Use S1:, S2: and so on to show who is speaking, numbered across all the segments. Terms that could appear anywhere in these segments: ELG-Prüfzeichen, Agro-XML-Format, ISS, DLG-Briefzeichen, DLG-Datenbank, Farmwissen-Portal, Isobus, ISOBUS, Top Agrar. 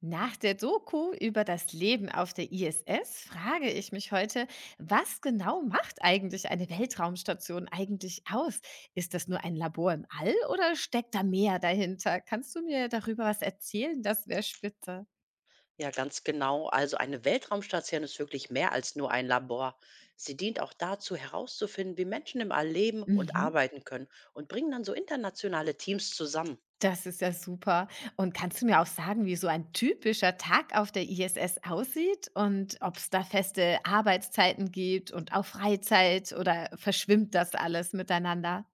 S1: Nach der Doku über das Leben auf der ISS frage ich mich heute, was genau macht eigentlich eine Weltraumstation eigentlich aus? Ist das nur ein Labor im All oder steckt da mehr dahinter? Kannst du mir darüber was erzählen? Das wäre spitze.
S2: Ja, ganz genau. Also eine Weltraumstation ist wirklich mehr als nur ein Labor. Sie dient auch dazu, herauszufinden, wie Menschen im All leben und
S1: Mhm.
S2: arbeiten können, und bringen dann so internationale Teams zusammen.
S1: Das ist ja super. Und kannst du mir auch sagen, wie so ein typischer Tag auf der ISS aussieht und ob es da feste Arbeitszeiten gibt und auch Freizeit oder verschwimmt das alles miteinander?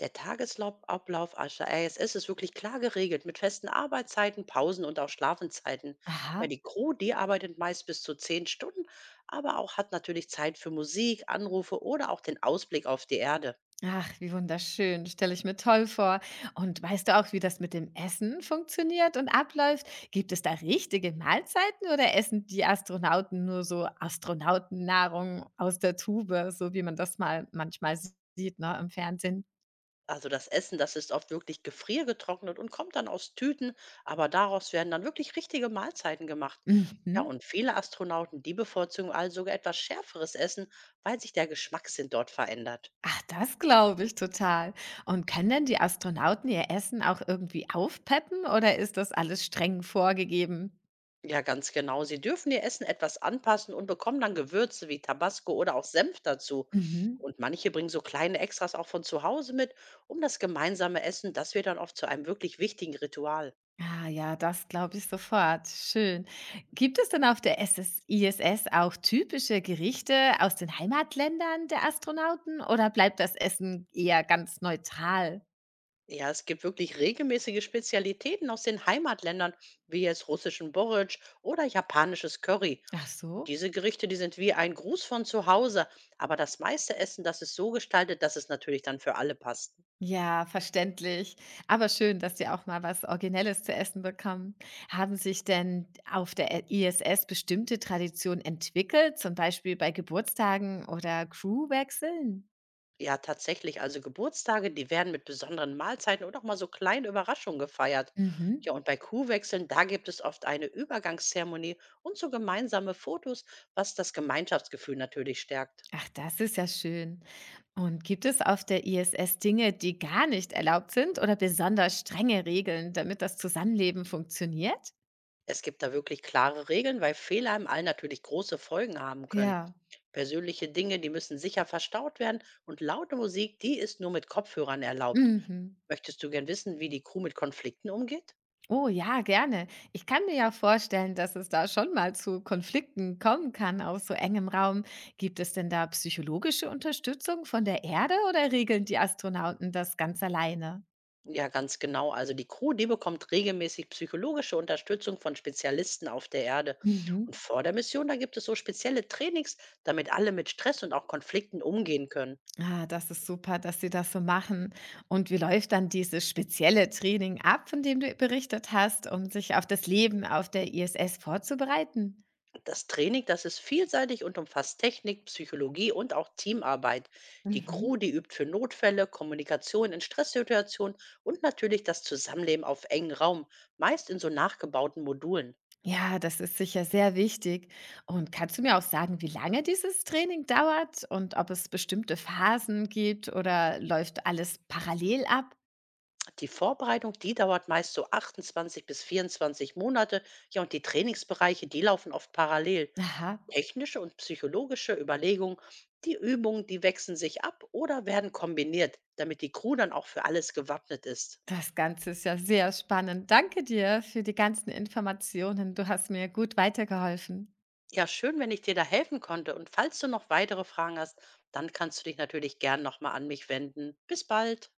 S2: Ablauf Ascher, ey, es ist es wirklich klar geregelt, mit festen Arbeitszeiten, Pausen und auch Schlafenszeiten. Ja,
S1: Aha.
S2: die Crew, die arbeitet meist bis zu 10 Stunden, aber auch hat natürlich Zeit für Musik, Anrufe oder auch den Ausblick auf die Erde.
S1: Ach, wie wunderschön, stelle ich mir toll vor. Und weißt du auch, wie das mit dem Essen funktioniert und abläuft? Gibt es da richtige Mahlzeiten oder essen die Astronauten nur so Astronautennahrung aus der Tube, so wie man das mal manchmal sieht, ne, im Fernsehen?
S2: Also das Essen, das ist oft wirklich gefriergetrocknet und kommt dann aus Tüten, aber daraus werden dann wirklich richtige Mahlzeiten gemacht. Ja,
S1: Mhm.
S2: und viele Astronauten, die bevorzugen also sogar etwas schärferes Essen, weil sich der Geschmackssinn dort verändert.
S1: Ach, das glaube ich total. Und können denn die Astronauten ihr Essen auch irgendwie aufpeppen oder ist das alles streng vorgegeben?
S2: Ja, ganz genau. Sie dürfen ihr Essen etwas anpassen und bekommen dann Gewürze wie Tabasco oder auch Senf dazu.
S1: Mhm.
S2: Und manche bringen so kleine Extras auch von zu Hause mit, um das gemeinsame Essen, das wird dann oft zu einem wirklich wichtigen Ritual.
S1: Ah ja, das glaube ich sofort. Schön. Gibt es denn auf der SS ISS auch typische Gerichte aus den Heimatländern der Astronauten oder bleibt das Essen eher ganz neutral?
S2: Ja, es gibt wirklich regelmäßige Spezialitäten aus den Heimatländern, wie jetzt russischen Borage oder japanisches Curry.
S1: Ach so.
S2: Diese Gerichte, die sind wie ein Gruß von zu Hause, aber das meiste Essen, das ist so gestaltet, dass es natürlich dann für alle passt.
S1: Ja, verständlich. Aber schön, dass Sie auch mal was Originelles zu essen bekommen. Haben sich denn auf der ISS bestimmte Traditionen entwickelt, zum Beispiel bei Geburtstagen oder Crewwechseln?
S2: Ja, tatsächlich, also Geburtstage, die werden mit besonderen Mahlzeiten oder auch mal so kleinen Überraschungen gefeiert. Ja,
S1: Mhm.
S2: und bei Kuhwechseln, da gibt es oft eine Übergangszeremonie und so gemeinsame Fotos, was das Gemeinschaftsgefühl natürlich stärkt.
S1: Ach, das ist ja schön. Und gibt es auf der ISS Dinge, die gar nicht erlaubt sind oder besonders strenge Regeln, damit das Zusammenleben funktioniert?
S2: Es gibt da wirklich klare Regeln, weil Fehler im All natürlich große Folgen haben können.
S1: Ja.
S2: Persönliche Dinge, die müssen sicher verstaut werden, und laute Musik, die ist nur mit Kopfhörern erlaubt.
S1: Mhm.
S2: Möchtest du gern wissen, wie die Crew mit Konflikten umgeht?
S1: Oh ja, gerne. Ich kann mir ja vorstellen, dass es da schon mal zu Konflikten kommen kann auf so engem Raum. Gibt es denn da psychologische Unterstützung von der Erde oder regeln die Astronauten das ganz alleine?
S2: Ja, ganz genau. Also die Crew, die bekommt regelmäßig psychologische Unterstützung von Spezialisten auf der Erde.
S1: Mhm.
S2: Und vor der Mission, da gibt es so spezielle Trainings, damit alle mit Stress und auch Konflikten umgehen können.
S1: Ah, das ist super, dass Sie das so machen. Und wie läuft dann dieses spezielle Training ab, von dem du berichtet hast, um sich auf das Leben auf der ISS vorzubereiten?
S2: Das Training, das ist vielseitig und umfasst Technik, Psychologie und auch Teamarbeit. Die
S1: Mhm.
S2: Crew, die übt für Notfälle, Kommunikation in Stresssituationen und natürlich das Zusammenleben auf engem Raum, meist in so nachgebauten Modulen.
S1: Ja, das ist sicher sehr wichtig. Und kannst du mir auch sagen, wie lange dieses Training dauert und ob es bestimmte Phasen gibt oder läuft alles parallel ab?
S2: Die Vorbereitung, die dauert meist so 28 bis 24 Monate. Ja, und die Trainingsbereiche, die laufen oft parallel.
S1: Aha,
S2: Technische und psychologische Überlegungen, die Übungen, die wechseln sich ab oder werden kombiniert, damit die Crew dann auch für alles gewappnet ist.
S1: das Ganze ist ja sehr spannend. Danke dir für die ganzen Informationen. Du hast mir gut weitergeholfen.
S2: Ja, schön, wenn ich dir da helfen konnte. Und falls du noch weitere Fragen hast, dann kannst du dich natürlich gern nochmal an mich wenden. Bis bald.